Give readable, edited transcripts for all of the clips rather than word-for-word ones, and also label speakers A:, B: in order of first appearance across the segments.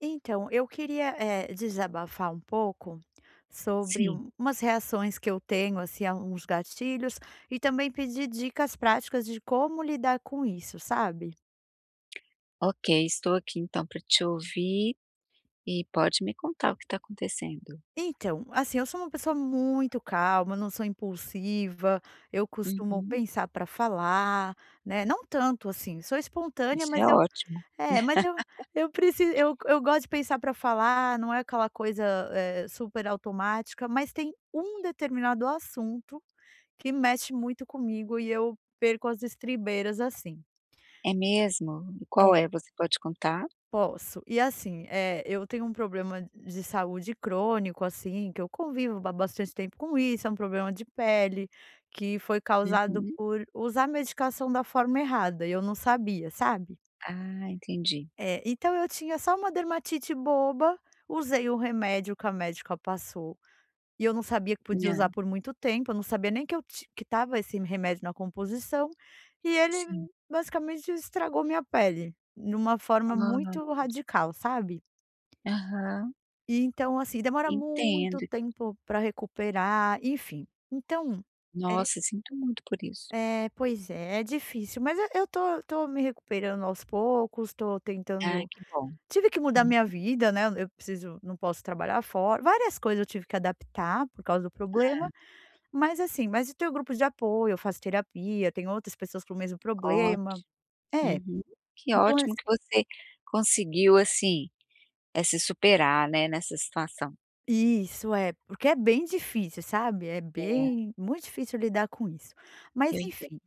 A: Então, eu queria, desabafar um pouco sobre
B: Sim.
A: umas reações que eu tenho, assim, a uns gatilhos, e também pedir dicas práticas de como lidar com isso, sabe.
B: Ok, estou aqui então para te ouvir e pode me contar o que está acontecendo.
A: Então, assim, eu sou uma pessoa muito calma, não sou impulsiva, eu costumo
B: Uhum.
A: pensar para falar, né, não tanto assim, sou espontânea,
B: Isso
A: mas
B: é
A: eu
B: ótimo.
A: é, mas eu preciso, eu gosto de pensar para falar, não é aquela coisa, super automática, mas tem um determinado assunto que mexe muito comigo e eu perco as estribeiras, assim.
B: É mesmo? E qual é?
A: É.
B: Você pode contar?
A: Posso. E assim, é, eu tenho um problema de saúde crônico, assim, que eu convivo há bastante tempo com isso, é um problema de pele, que foi causado
B: Uhum.
A: por usar medicação da forma errada, e eu não sabia, sabe.
B: Ah, entendi.
A: É, então eu tinha só uma dermatite boba, usei o remédio que a médica passou. E eu não sabia que podia usar
B: Ah,
A: por muito tempo, eu não sabia nem que eu ti que estava esse remédio na composição, e ele
B: sim.
A: basicamente estragou minha pele, de uma forma
B: Ah,
A: muito radical, sabe.
B: aham.
A: E então, assim, demora muito
B: Entendo.
A: tempo para recuperar, enfim. Então é
B: Nossa, sinto muito por isso.
A: é, pois é, é difícil, mas eu tô me recuperando aos poucos, tô
B: Ah,
A: tentando,
B: que bom.
A: tive que mudar
B: Hum.
A: minha vida, né, eu preciso, não posso trabalhar fora, várias coisas eu tive que adaptar por causa do problema. Mas assim, mas eu tenho grupos de apoio, eu faço terapia, tem outras pessoas com o mesmo
B: Ó,
A: problema. É,
B: uhum. Que
A: então ass
B: ótimo que você conseguiu, assim, se superar, né, nessa situação.
A: isso, é, porque é bem difícil, sabe, é
B: É,
A: bem muito difícil lidar com isso.
B: eu
A: Mas
B: entendo.
A: enfim,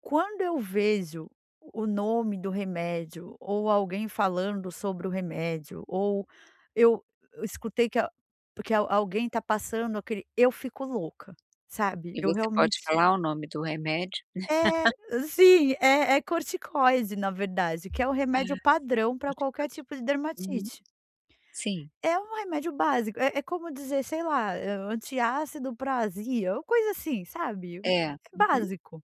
A: quando eu vejo o nome do remédio ou alguém falando sobre o remédio ou eu eu escutei que a que al alguém está passando aquele eu fico louca, sabe,
B: E
A: eu
B: você pode
A: realmente,
B: falar o nome do remédio?
A: é, sim, é é corticoide, na verdade, que é o
B: Ah.
A: remédio padrão para qualquer
B: Corticoide.
A: tipo de
B: Uhum.
A: dermatite.
B: Sim.
A: É um remédio básico, é é como dizer, sei lá, antiácido pra azia, ou coisa assim, sabe.
B: É.
A: É
B: Uhum.
A: básico.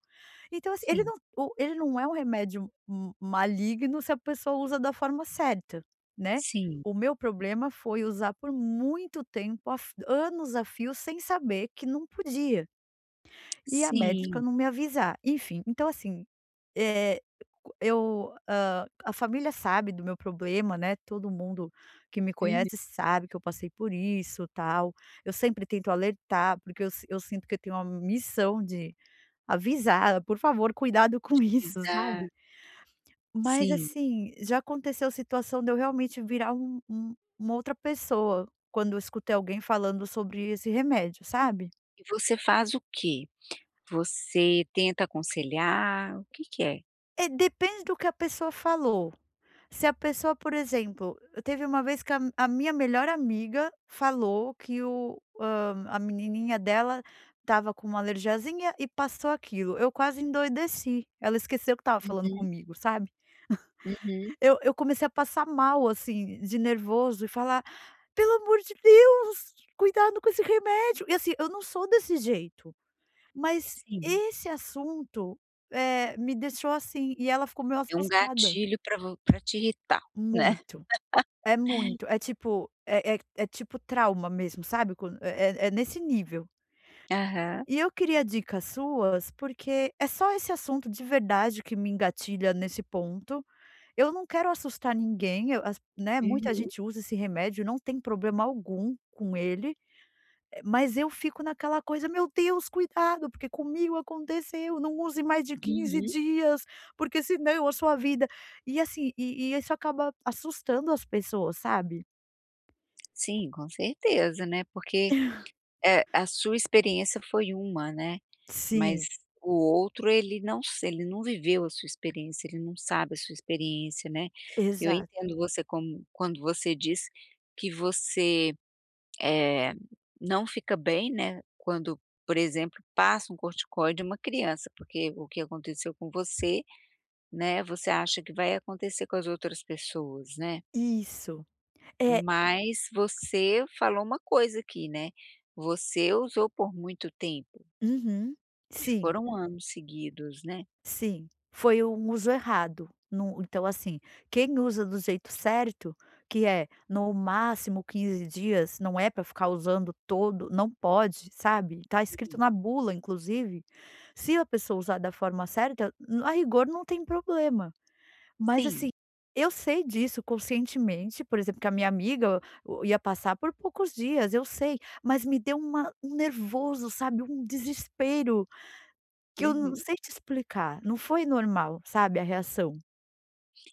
A: Então, assim,
B: Sim.
A: ele não é um remédio m maligno se a pessoa usa da forma certa, né.
B: Sim.
A: O meu problema foi usar por muito tempo, a f anos a fio sem saber que não podia. E a médica
B: Sim.
A: não me avisar. Enfim, então assim, eh, a família sabe do meu problema, né, todo mundo que me
B: Uhum.
A: conhece sabe que eu passei por isso, tal. Eu sempre tento alertar, porque eu sinto que eu tenho uma missão de avisar: "Por favor, cuidado
B: Te
A: com isso",
B: avisar.
A: sabe. Mas
B: Sim.
A: assim, já aconteceu a situação de eu realmente virar uma outra pessoa, quando eu escutei alguém falando sobre esse remédio, sabe.
B: E você faz o quê? Você tenta aconselhar? O que que é?
A: É, depende do que a pessoa falou. Se a pessoa, por exemplo, teve uma vez que a minha melhor amiga falou que a menininha dela estava com uma alergiazinha e passou aquilo. Eu quase endoideci. Ela esqueceu que estava falando
B: Uhum.
A: comigo, sabe.
B: Uhum.
A: Eu comecei a passar mal, assim, de nervoso, e falar: "Pelo amor de Deus, cuidado com esse remédio". E assim, eu não sou desse jeito, mas
B: Sim.
A: esse assunto, me deixou assim, e ela ficou meio
B: É um
A: assustada.
B: gatilho para vo pra te irritar, né.
A: Muito. É muito, é tipo, é é é tipo trauma mesmo, sabe, quando é é é nesse nível.
B: Aham.
A: E eu queria dicas suas, porque é só esse assunto de verdade que me engatilha nesse ponto. Eu não quero assustar ninguém, eu as né, muita
B: Uhum.
A: gente usa esse remédio, não tem problema algum com ele, mas eu fico naquela coisa: "Meu Deus, cuidado, porque comigo aconteceu, não use mais de quinze
B: Uhum.
A: dias, porque senão a sua vida". E assim, e isso acaba assustando as pessoas, sabe.
B: Sim, com certeza, né, porque, a sua experiência foi uma, né. Mas
A: Sim.
B: o outro ele não se ele não viveu a sua experiência, ele não sabe a sua experiência, né. Eu
A: Exato,
B: entendo você como quando você diz que você, eh, não fica bem, né, quando, por exemplo, passa um corticoide em uma criança, porque o que aconteceu com você, né, você acha que vai acontecer com as outras pessoas, né.
A: isso. É,
B: Mas você falou uma coisa aqui, né, você usou por muito tempo,
A: uhum,
B: e
A: sim,
B: foram anos seguidos, né.
A: sim, foi um uso errado, não, então assim, quem usa do jeito certo, que é no máximo 15 dias, não é para ficar usando todo, não pode, sabe, tá escrito na bula inclusive, se a pessoa usar da forma certa, a rigor não tem problema. Mas assim,
B: Sim.
A: eu sei disso conscientemente, por exemplo, que a minha amiga o ia passar por poucos dias, eu sei, mas me deu uma um nervoso, sabe, um desespero que eu não
B: Uhum.
A: sei te explicar, não foi normal, sabe, a reação.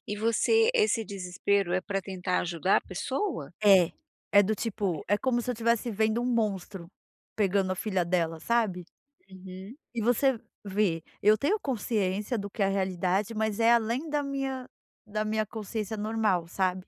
B: E você esse desespero é para tentar ajudar a pessoa?
A: É. É do tipo, é como se eu estivesse vendo um monstro pegando a filha dela, sabe.
B: Uhum.
A: E você vê, eu tenho consciência do que é a realidade, mas é além da minha, da minha consciência normal, sabe.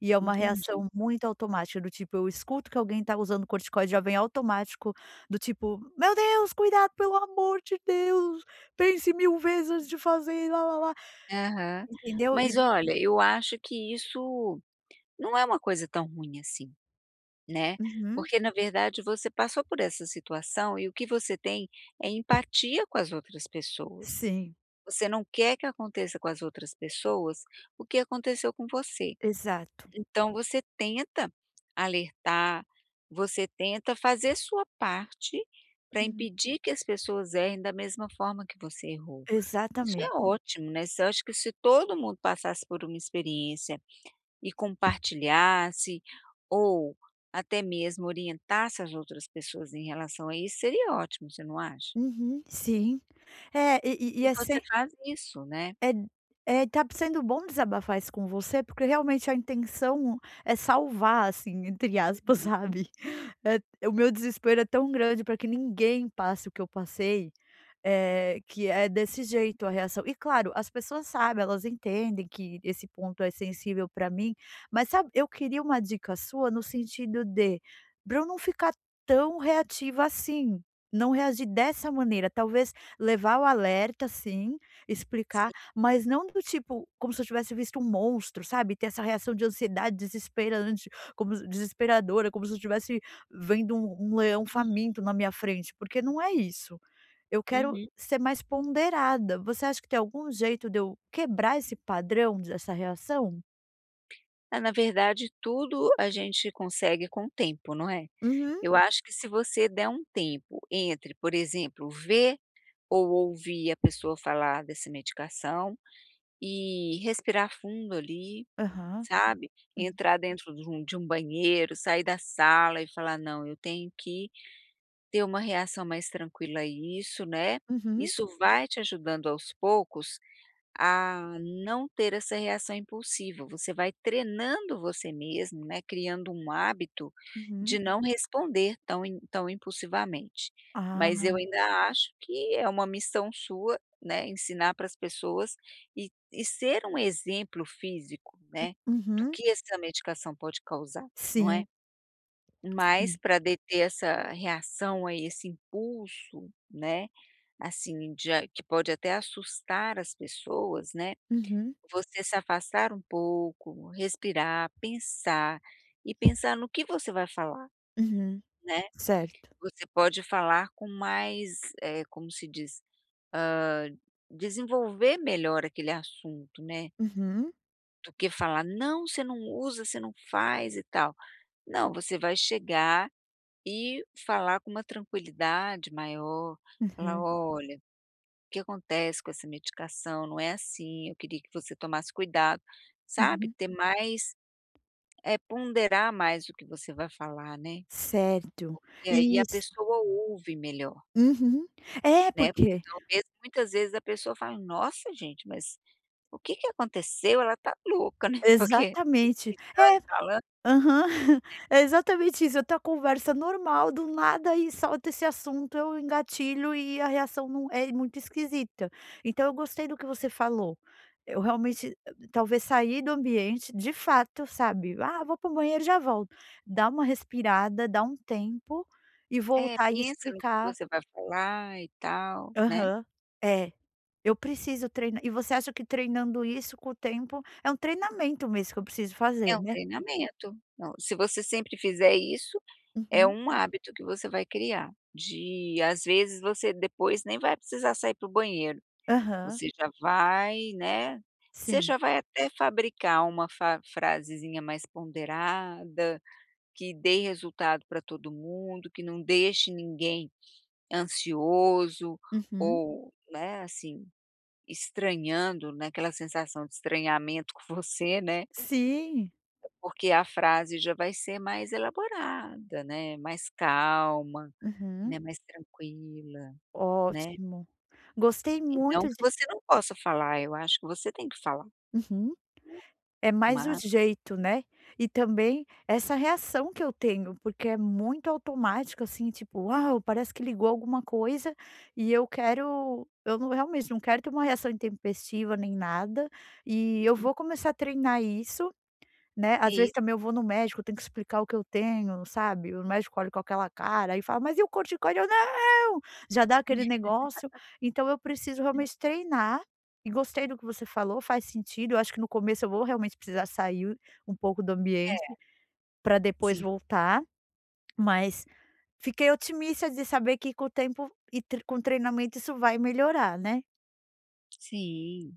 A: E é uma
B: Entendi.
A: reação muito automática, do tipo, eu escuto que alguém tá usando corticoide, já vem automático, do tipo: "Meu Deus, cuidado, pelo amor de Deus, pense 1000 vezes antes de fazer, lá-lá-lá",
B: Aham.
A: entendeu?
B: Mas
A: E
B: olha, eu acho que isso não é uma coisa tão ruim assim, né,
A: uhum,
B: porque na verdade você passou por essa situação e o que você tem é empatia com as outras pessoas.
A: sim,
B: Você não quer que aconteça com as outras pessoas o que aconteceu com você.
A: exato.
B: Então você tenta alertar, você tenta fazer sua parte para
A: Uhum,
B: impedir que as pessoas errem da mesma forma que você errou. Isso é
A: exatamente.
B: ótimo, né, se eu acho que se todo mundo passasse por uma experiência e compartilhasse, ou até mesmo orientasse as outras pessoas em relação a isso, seria ótimo, você não acha?
A: Uhum, sim. É, e
B: E
A: é
B: você faz isso, né.
A: é é, tá sendo bom desabafar isso com você, porque realmente a intenção é salvar, assim, entre aspas, sabe. Eh, o meu desespero é tão grande para que ninguém passe o que eu passei, que é desse jeito a reação. E claro, as pessoas sabem, elas entendem que esse ponto é sensível para mim, mas sabe, eu queria uma dica sua no sentido de, pra eu não ficar tão reativa assim, não reagir dessa maneira, talvez levar o alerta sim, explicar, mas não do tipo, como se eu tivesse visto um monstro, sabe, ter essa reação de ansiedade desesperante, como se desesperadora, como se eu tivesse vendo um leão faminto na minha frente, porque não é isso. Eu quero
B: Uhum.
A: ser mais ponderada. Você acha que tem algum jeito de eu quebrar esse padrão dessa reação?
B: Ah, na verdade tudo a gente consegue com o tempo, não é?
A: Uhum.
B: Eu acho que se você der um tempo entre, por exemplo, ver ou ouvir a pessoa falar dessa medicação e respirar fundo ali,
A: Aham.
B: sabe,
A: Hum.
B: entrar dentro de um banheiro, sair da sala e falar: "Não, eu tenho que ter uma reação mais tranquila a isso", né.
A: Uhum,
B: Isso vai te ajudando aos poucos a não ter essa reação impulsiva. Você vai treinando você mesmo, né, criando um hábito de
A: uhum.
B: não responder tão impulsivamente. Mas
A: Ah,
B: eu ainda acho que é uma missão sua, né, ensinar para as pessoas e e ser um exemplo físico, né, do
A: uhum.
B: que essa medicação pode causar, não é.
A: Sim,
B: Mas
A: sim.
B: para deter essa reação aí, esse impulso, né, assim, de a que pode até assustar as pessoas, né,
A: Uhum,
B: você se afastar um pouco, respirar, pensar e pensar no que você vai falar,
A: uhum.
B: né.
A: Certo.
B: Você pode falar com mais, como se diz, ah, desenvolver melhor aquele assunto, né,
A: Uhum,
B: do que falar: "Não, você não usa, você não faz e tal". Não, você vai chegar e falar com uma tranquilidade maior, falar:
A: uhum,
B: "Olha, o que acontece com essa medicação? Não é assim, eu queria que você tomasse cuidado", sabe,
A: uhum.
B: ter mais. É, ponderar mais o que você vai falar, né,
A: Certo.
B: porque aí a
A: Isso.
B: pessoa ouve melhor,
A: Uhum. É,
B: né, porque
A: porque
B: talvez muitas vezes a pessoa fala: "Nossa gente, mas o que que aconteceu? Ela tá louca, né", porque vem
A: exatamente.
B: gritando e
A: É,
B: falando.
A: aham. É exatamente isso, eu tô a conversa normal, do nada e salta esse assunto, eu engatilho e a reação não é muito esquisita. Então eu gostei do que você falou. Eu realmente, talvez sair do ambiente, de fato, sabe, "Ah, vou para o banheiro e já volto". Dar uma respirada, dar um tempo e
B: É,
A: voltar e
B: pensa no que
A: explicar.
B: você vai falar e tal, né.
A: Aham. É. Eu preciso treinar, e você acha que treinando isso com o tempo é um treinamento mesmo que eu preciso
B: É
A: fazer,
B: um
A: né.
B: treinamento. Não, se você sempre fizer isso, é
A: Uhum.
B: um hábito que você vai criar, de às vezes você depois nem vai precisar sair para o banheiro.
A: Aham.
B: Você já vai, né, você
A: Sim.
B: já vai até fabricar uma fa frasezinha mais ponderada, que dê resultado para todo mundo, que não deixe ninguém ansioso
A: Uhum.
B: ou, né, assim, estranhando, né, aquela sensação de estranhamento com você, né,
A: Sim.
B: porque a frase já vai ser mais elaborada, né, mais calma,
A: Uhum.
B: né, mais tranquila, né,
A: Ótimo. Gostei
B: e não
A: muito
B: que
A: de
B: você não possa falar, eu acho que você tem que falar,
A: uhum. É mais o
B: mas
A: jeito, né, e também essa reação que eu tenho, porque é muito automático, assim, tipo: "Uau, parece que ligou alguma coisa", e eu realmente não quero ter uma reação intempestiva nem nada, e eu
B: é
A: vou começar a treinar isso, né, às vezes
B: isso.
A: também eu vou no médico, eu tenho que explicar o que eu tenho, sabe, o médico olha com aquela cara e fala: "Mas e o corticoide?" Eu: "Não!" Já dá aquele negócio. Então eu preciso realmente treinar, e gostei do que você falou, faz sentido, eu acho que no começo eu vou realmente precisar sair um pouco do ambiente,
B: É,
A: para depois
B: sim,
A: voltar, mas fiquei otimista de saber que com o tempo e tre com o treinamento isso vai melhorar, né.
B: sim.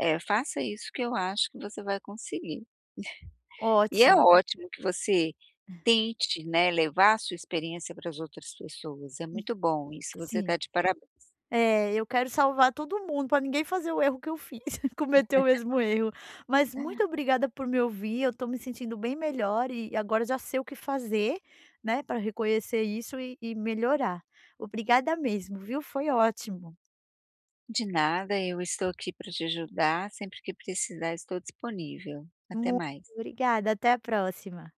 B: É, faça isso que eu acho que você vai conseguir. E é
A: Ótimo,
B: ótimo que você tente, né, levar a sua experiência para as outras pessoas, é muito bom isso, você está
A: sim.
B: de parabéns.
A: É, eu quero salvar todo mundo para ninguém fazer o erro que eu fiz, cometer o mesmo erro. Mas muito obrigada por me ouvir, eu estou me sentindo bem melhor e agora já sei o que fazer, né, para reconhecer isso e melhorar. Obrigada mesmo, viu? Foi ótimo.
B: De nada, eu estou aqui para te ajudar, sempre que precisar estou disponível. Até
A: Muito
B: mais.
A: obrigada, até a próxima.